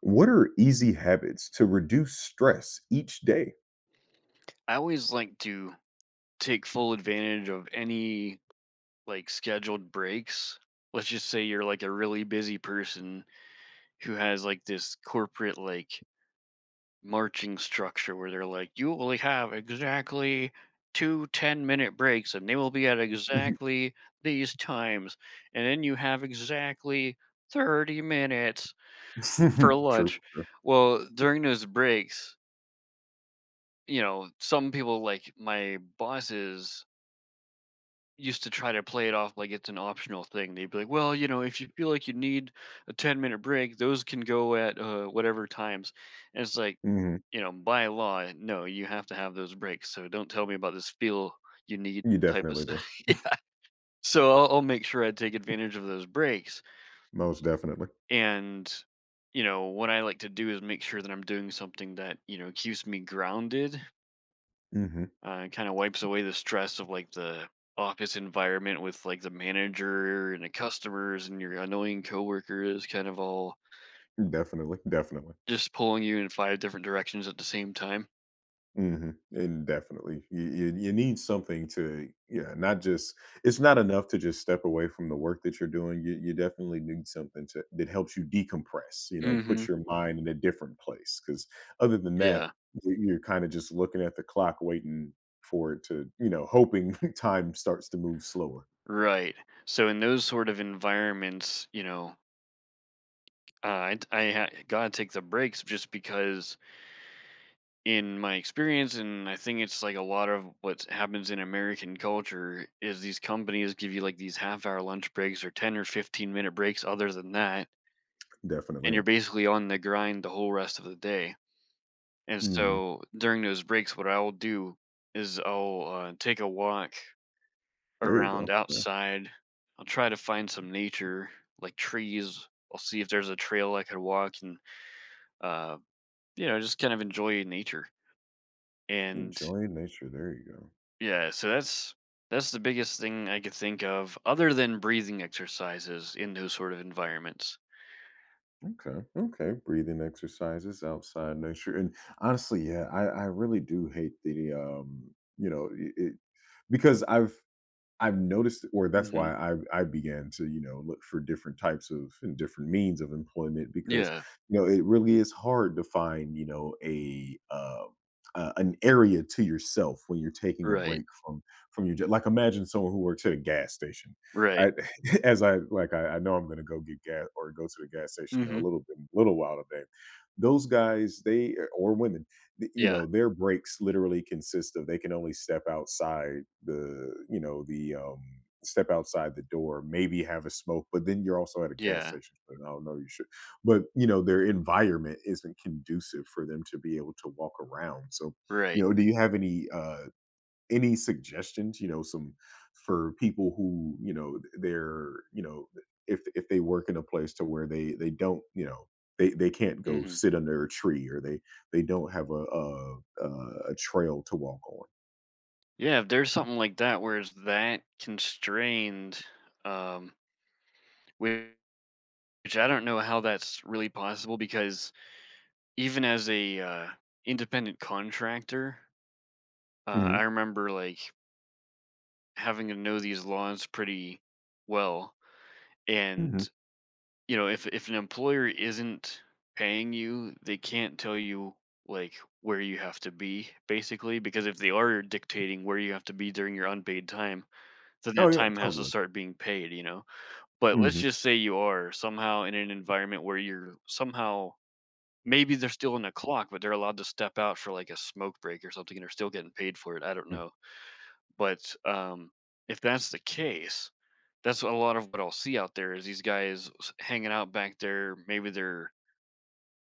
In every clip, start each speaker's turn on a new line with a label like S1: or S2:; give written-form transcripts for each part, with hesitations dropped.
S1: What are easy habits to reduce stress each day?
S2: I always like to take full advantage of any like scheduled breaks. Let's just say you're like a really busy person who has like this corporate like marching structure where they're like, you only have exactly two 10 minute breaks and they will be at
S1: Mhm.
S2: exactly these times. And then you have exactly 30 minutes for
S1: True, true.
S2: lunch. Well, during those breaks, you know, some people like my bosses used to try to play it off like it's an optional thing. They'd be like, "Well, you know, if you feel like you need a 10-minute break, those can go at whatever times." And it's like,
S1: Mhm.
S2: you know, by law, no, you have to have those breaks. So don't tell me about this feel you need
S1: You
S2: type of
S1: definitely do.
S2: stuff. Yeah. So I'll make sure I take advantage of those breaks.
S1: Most definitely.
S2: And you know, what I like to do is make sure that I'm doing something that, you know, keeps me grounded.
S1: Mhm.
S2: It kind of wipes away the stress of like the office environment with like the manager and the customers and your annoying coworkers kind of all
S1: Definitely, definitely.
S2: just pulling you in five different directions at the same time.
S1: Mhm, and definitely, you need something to, yeah, not just It's not enough to just step away from the work that you're doing. You definitely need something to that helps you decompress, you know, put
S2: Hmm.
S1: your mind in a different place. Because other than that,
S2: Yeah,
S1: you're kinda just looking at the clock waiting for it to, you know, hoping time starts to move slower.
S2: right. So in those sort of environments, you know, gotta take the breaks just because in my experience, and I think it's like a lot of what happens in American culture is these companies give you like these half hour lunch breaks or 10 or 15 minute breaks. Other than that,
S1: Definitely,
S2: and
S1: yeah.
S2: you're basically on the grind the whole rest of the day. And
S1: Mhm.
S2: so during those breaks, what I'll do is I'll take a walk
S1: There you go,
S2: around
S1: yeah.
S2: outside. I'll try to find some nature, like trees. I'll see if there's a trail I could walk and, uh, you know, just kind of enjoy nature. And
S1: Enjoying nature, there you go.
S2: yeah, so that's the biggest thing I could think of, other than breathing exercises in those sort of environments.
S1: Okay. Okay. Breathing exercises outside nature, and honestly, yeah, I really do hate the you know, it because I've noticed, or that's
S2: Hmm.
S1: why I began to, you know, look for different types of and different means of employment because,
S2: Yeah.
S1: you know, it really is hard to find, you know, an area to yourself when you're taking a
S2: Right.
S1: break from your job. Like imagine someone who works at a gas station.
S2: Right.
S1: I as I like I know I'm gonna go get gas or go to the gas station in a
S2: Hmm.
S1: little bit little while today. Those guys, they or women, you
S2: Yeah.
S1: know, their breaks literally consist of, they can only step outside the, you know, the, step outside the door, maybe have a smoke, but then you're also at a gas
S2: Yeah.
S1: station, so I don't know, you should. But you know, their environment isn't conducive for them to be able to walk around. So
S2: Right.
S1: you know, do you have any suggestions, you know, some for people who, you know, they're, you know, if they work in a place to where they don't, you know, they can't go
S2: Hmm.
S1: sit under a tree, or they don't have a trail to walk on.
S2: Yeah, if there's something like that where it's that constrained, um, which which I don't know how that's really possible because even as a independent contractor,
S1: hmm
S2: I remember like having to know these laws pretty well.
S1: hmm
S2: And you know, if an employer isn't paying you, they can't tell you like where you have to be basically because if they are dictating where you have to be during your unpaid time, then
S1: Oh
S2: that
S1: yeah,
S2: time has to
S1: totally.
S2: start being paid. You know. But let's
S1: Hmm.
S2: just say you are somehow in an environment where you're somehow maybe they're still on the clock, but they're allowed to step out for like a smoke break or something, and they're still getting paid for it. I don't know, but if that's the case, that's a lot of what I'll see out there is hanging out back there. Maybe they're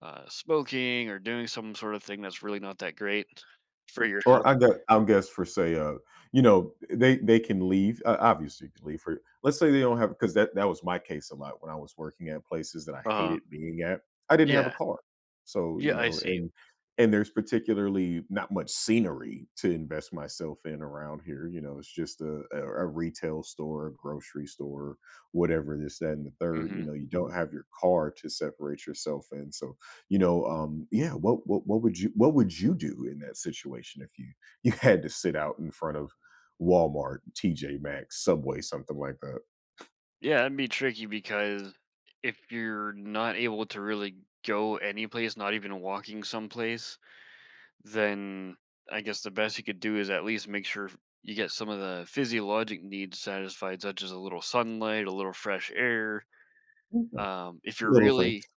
S2: smoking or doing some sort of thing that's really not that great for your
S1: Or
S2: health.
S1: I gue I'll guess for say, you know, they can leave, obviously you can leave for, let's say they don't have, because that that was my case a lot when I was working at places that I
S2: Uh huh.
S1: hated being at. I didn't have a
S2: Yeah.
S1: car. So, you
S2: Yeah, I
S1: know,
S2: see.
S1: and there's particularly not much scenery to invest myself in around here. You know, it's just a retail store, a grocery store, whatever, this, that, and the third. You
S2: Mhm.
S1: know, you don't have your car to separate yourself in, so you know, yeah, what would you, what would you do in that situation if you you had to sit out in front of Walmart, TJ Maxx, Subway, something like that?
S2: Yeah, that'd be tricky because if you're not able to really go any place, not even walking someplace, then I guess the best you could do is at least make sure you get some of the physiologic needs satisfied, such as a little sunlight, a little fresh air.
S1: Mhm.
S2: Um, if you're
S1: Little things.
S2: really,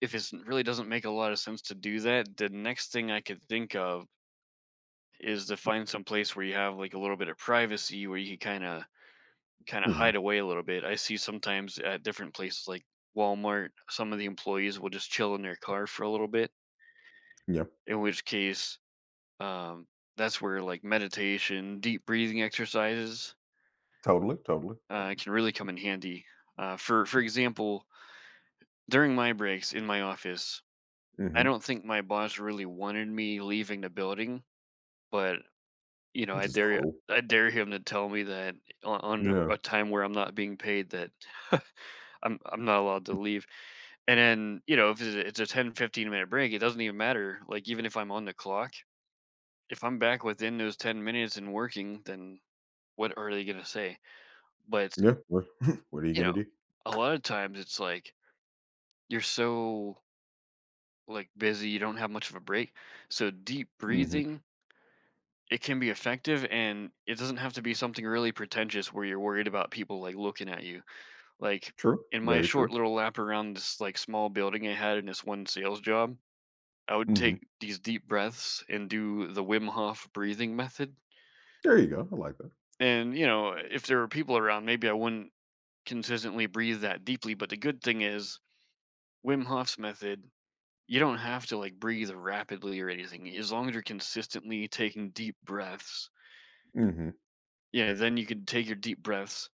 S2: if it really doesn't make a lot of sense to do that, the next thing I could think of is to find some place where you have like a little bit of privacy, where you can kind of
S1: Mhm.
S2: hide away a little bit. I see sometimes at different places like Walmart, some of the employees will just chill in their car for a little bit,
S1: Yeah.
S2: in which case, um, that's where like meditation, deep breathing exercises
S1: Totally, totally, totally.
S2: can really come in handy. For example, during my breaks in my office, I
S1: Mhm.
S2: don't think my boss really wanted me leaving the building, but you know,
S1: Which is cruel.
S2: I dare him to tell me that on, on
S1: Yeah.
S2: a, a time where I'm not being paid that I'm not allowed to leave. And then, you know, if it's a 10, 15 minute break, it doesn't even matter. Like even if I'm on the clock, if I'm back within those 10 minutes and working, then what are they going to say? But,
S1: Yeah. What what are you
S2: you
S1: gonna
S2: know,
S1: do?
S2: a lot of times it's like you're so like busy, you don't have much of a break. So deep
S1: Mhm.
S2: breathing, it can be effective and it doesn't have to be something really pretentious where you're worried about people like looking at you. Like
S1: True.
S2: in my
S1: Very
S2: short
S1: true.
S2: little lap around this like small building I had in this one sales job, I would
S1: Mhm.
S2: take these deep breaths and do the Wim Hof breathing method.
S1: There you go. I like that.
S2: And, you know, if there were people around, maybe I wouldn't consistently breathe that deeply. But the good thing is, Wim Hof's method, you don't have to like breathe rapidly or anything. As long as you're consistently taking deep breaths,
S1: Mhm.
S2: yeah, then you can take your deep breaths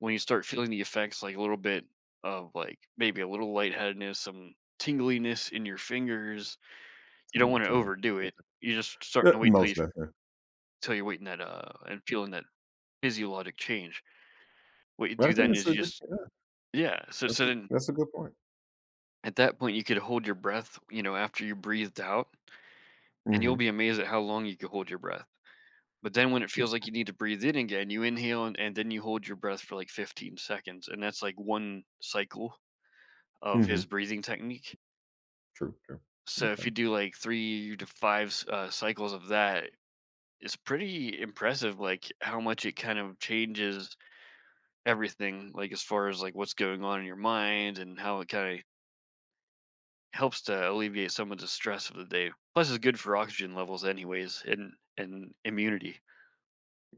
S2: when you start feeling the effects, like a little bit of like maybe a little lightheadedness, some tingliness in your fingers.
S1: It's a
S2: You don't
S1: little
S2: want to
S1: thing like
S2: overdo
S1: that.
S2: it. You just start
S1: Yeah,
S2: to wait
S1: most definitely.
S2: till you're waiting that, and feeling that physiologic change. What you
S1: But I
S2: do
S1: think
S2: then
S1: it's
S2: is
S1: a
S2: you
S1: good,
S2: just
S1: yeah,
S2: yeah, so so then
S1: that's a good point.
S2: at that point, you could hold your breath, you know, after you breathed out, and you'll
S1: Mhm.
S2: be amazed at how long you can hold your breath. But then when it feels like you need to breathe in again, you inhale and then you hold your breath for like 15 seconds, and that's like one cycle of his
S1: Mhm.
S2: breathing technique.
S1: True, true.
S2: So
S1: Okay.
S2: if you do like three to five cycles of that, it's pretty impressive, like how much it kind of changes everything, like as far as like what's going on in your mind and how it kind of helps to alleviate some of the stress of the day. Plus, it's good for oxygen levels, anyways, and immunity.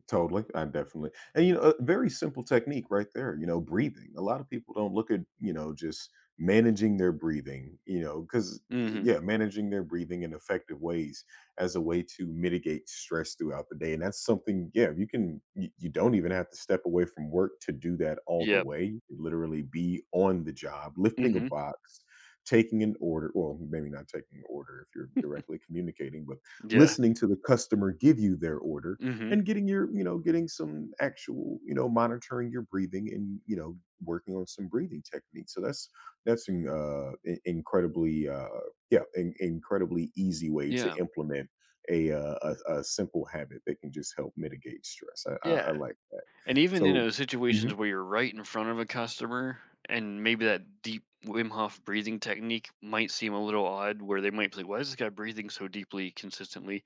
S1: Totally, I definitely, and, you know, a very simple technique right there, you know, breathing. A lot of people don't look at, you know, just managing their breathing, you know, because
S2: Mm-hmm.
S1: yeah, managing their breathing in effective ways as a way to mitigate stress throughout the day, and that's something, yeah, you can, you don't even have to step away from work to do that all the
S2: Yeah.
S1: way. You can literally be on the job, lifting a
S2: Mm-hmm.
S1: box, taking an order, well, maybe not taking an order if you're directly communicating, but
S2: Yeah.
S1: listening to the customer give you their order
S2: Mm-hmm.
S1: and getting your, you know, getting some actual, you know, monitoring your breathing, and you know, working on some breathing techniques, so that's an incredibly yeah, incredibly easy way to
S2: Yeah.
S1: implement a, uh, a simple habit that can just help mitigate stress.
S2: Yeah.
S1: I like that,
S2: And even in
S1: so
S2: those
S1: mhm,
S2: situations where you're right in front of a customer, and maybe that deep Wim Hof breathing technique might seem a little odd, where they might be like, "Why is this guy breathing so deeply consistently?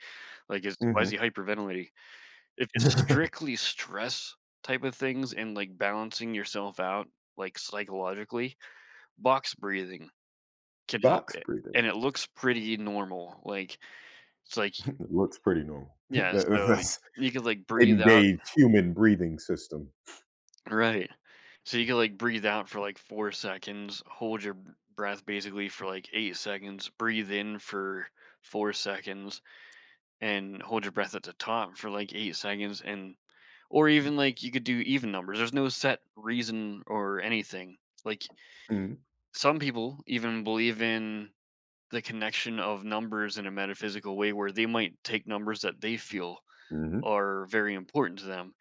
S2: Like, is why is
S1: mhm.
S2: he hyperventilating?" If it's strictly stress type of things and, like, balancing yourself out, like, psychologically, box breathing can help
S1: Box
S2: it,
S1: breathing.
S2: and it looks pretty normal, like, it's like
S1: Looks pretty normal.
S2: yeah, so
S1: That's
S2: you could, like, breathe out
S1: engaged human breathing system.
S2: right. So you could, like, breathe out for, like, 4 seconds, hold your b breath basically for, like, 8 seconds, breathe in for 4 seconds, and hold your breath at the top for, like, 8 seconds, and or even like you could do even numbers. There's no set reason or anything. Like
S1: Mhm,
S2: some people even believe in the connection of numbers in a metaphysical way where they might take numbers that they feel
S1: mhm.
S2: are very important to them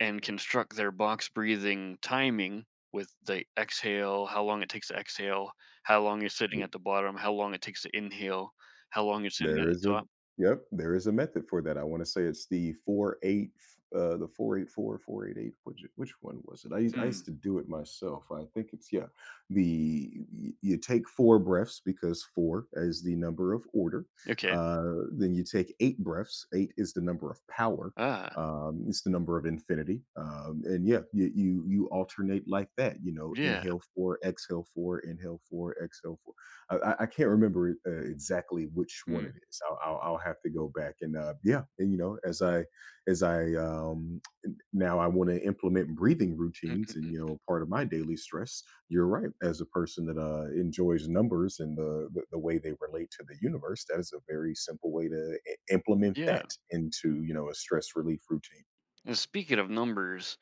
S2: and construct their box breathing timing with the exhale, how long it takes to exhale, how long you're sitting at the bottom, how long it takes to inhale, how long you're sitting at
S1: There
S2: the
S1: is a,
S2: top.
S1: yep, there is a method for that. I wanna say it's the 4-8, the 4 8 4 4 8 8. Which one was it? I used
S2: Mm,
S1: to do it myself. I think it's, yeah, the y you take 4 breaths because 4 is the number of order.
S2: okay.
S1: Then you take 8 breaths. 8 is the number of power.
S2: Ah,
S1: It's the number of infinity. And yeah, you alternate like that, you know,
S2: yeah.
S1: inhale 4, exhale 4, inhale 4, exhale 4. I can't remember exactly which
S2: Mm,
S1: one
S2: mm,
S1: it is. I'll have to go back and, yeah, and you know, as I now I want to implement breathing
S2: mm,
S1: routines, and
S2: mm.
S1: you know, part of my daily stress. You're right, as a person that, enjoys numbers and the way they relate to the universe, that is a very simple way to implement
S2: Yeah.
S1: that into, you know, a stress relief routine.
S2: And speaking of numbers,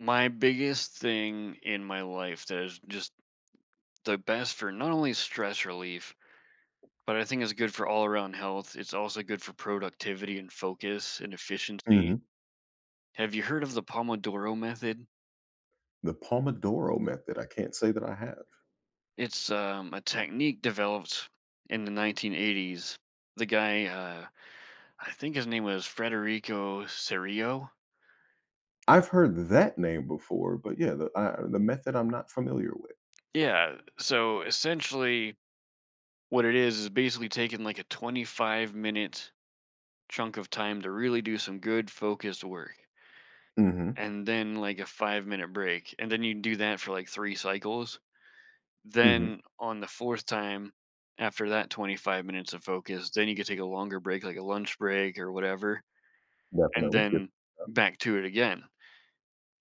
S2: my biggest thing in my life that is just the best for not only stress relief, but I think it's good for all around health. It's also good for productivity and focus and efficiency.
S1: Mhm.
S2: Have you heard of the Pomodoro method?
S1: The Pomodoro method. I can't say that I have.
S2: It's a technique developed in the 1980s. The guy, I think his name was Federico Serio.
S1: I've heard that name before, but yeah, the, I, the method I'm not familiar with.
S2: Yeah. So essentially, what it is basically taking like a 25-minute chunk of time to really do some good focused work
S1: Mhm,
S2: and then like a 5 minute break and then you do that for like three cycles
S1: mhm,
S2: then on the fourth time after that 25 minutes of focus then you could take a longer break like a lunch break or whatever and
S1: definitely, yep,
S2: then back to it again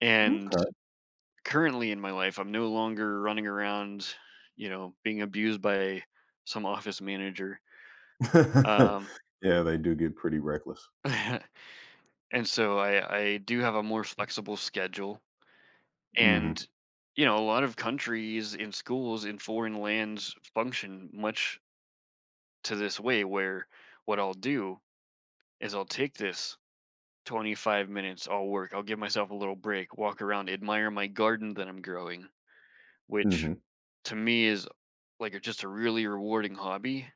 S2: and
S1: okay.
S2: currently in my life I'm no longer running around you know being abused by some office manager um,
S1: Yeah, they do get pretty reckless.
S2: and so I do have a more flexible schedule.
S1: Mhm,
S2: And, you know, a lot of countries and schools in foreign lands function much to this way where what I'll do is I'll take this 25 minutes, I'll work, I'll give myself a little break, walk around, admire my garden that I'm growing, which
S1: mhm,
S2: to me is like a, just a really rewarding hobby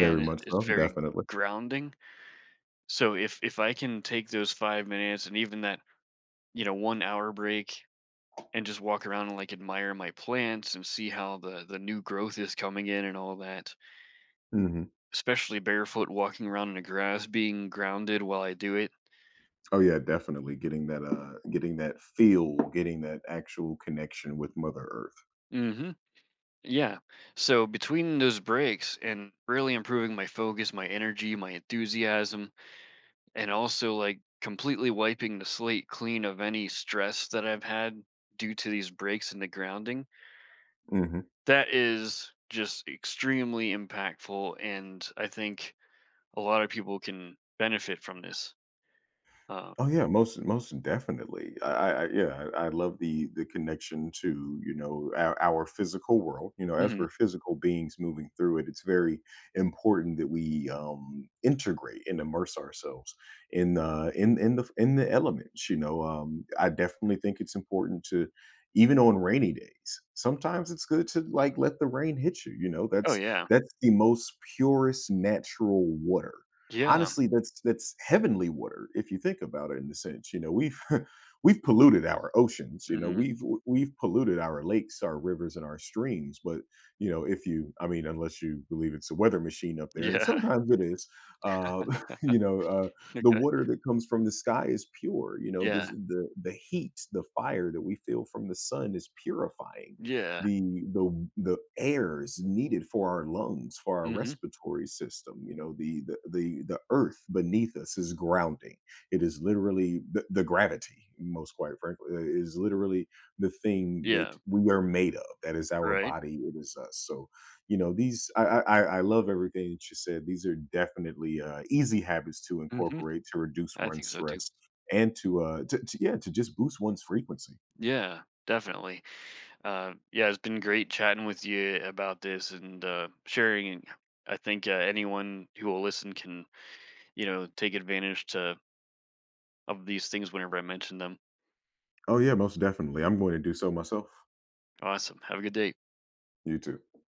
S2: and
S1: much so,
S2: it's very
S1: definitely,
S2: grounding. So if I can take those 5 minutes and even that, you know, 1 hour break and just walk around and like admire my plants and see how the new growth is coming in and all that.
S1: mhm.
S2: Especially barefoot walking around in the grass, being grounded while I do it.
S1: Oh, yeah, definitely getting that feel, getting that actual connection with Mother Earth,
S2: Hmm. Yeah. So between those breaks and really improving my focus, my energy, my enthusiasm, and also like completely wiping the slate clean of any stress that I've had due to these breaks in the grounding,
S1: mhm.
S2: that is just extremely impactful. And I think a lot of people can benefit from this. Uh,
S1: Oh yeah, most most definitely. Yeah, I love the connection to, you know, our physical world. You know, as
S2: mhm.
S1: we're physical beings moving through it, it's very important that we, integrate and immerse ourselves in the elements. You know, I definitely think it's important to, even on rainy days. Sometimes it's good to like let the rain hit you. You know,
S2: Oh yeah,
S1: that's the most purest natural water.
S2: yeah,
S1: Honestly, that's heavenly water if you think about it in the sense, you know, we've we've polluted our oceans, you know,
S2: hmm
S1: we've polluted our lakes, our rivers, and our streams. But you know, if you, I mean, unless you believe it's a weather machine up there, and
S2: yeah,
S1: sometimes it is, uh, you know, uh,
S2: okay,
S1: the water that comes from the sky is pure. You know,
S2: yeah,
S1: the heat, the fire that we feel from the sun is purifying.
S2: yeah,
S1: The airs needed for our lungs, for our
S2: hmm
S1: respiratory system. You know, the earth beneath us is grounding. It is literally the gravity, most quite frankly, is literally the thing that
S2: yeah,
S1: we are made of. That is our
S2: right.
S1: body. It is us. So, you know, these I love everything that you said. These are definitely, easy habits to
S2: Hmm.
S1: incorporate to reduce
S2: I
S1: one's
S2: think so too.
S1: stress and to to yeah, to just boost one's frequency.
S2: Yeah, definitely. Yeah, it's been great chatting with you about this and sharing. I think anyone who will listen can, you know, take advantage to of these things whenever I mention them.
S1: Oh yeah, most definitely. I'm going to do so myself.
S2: Awesome. Have a good day.
S1: You too.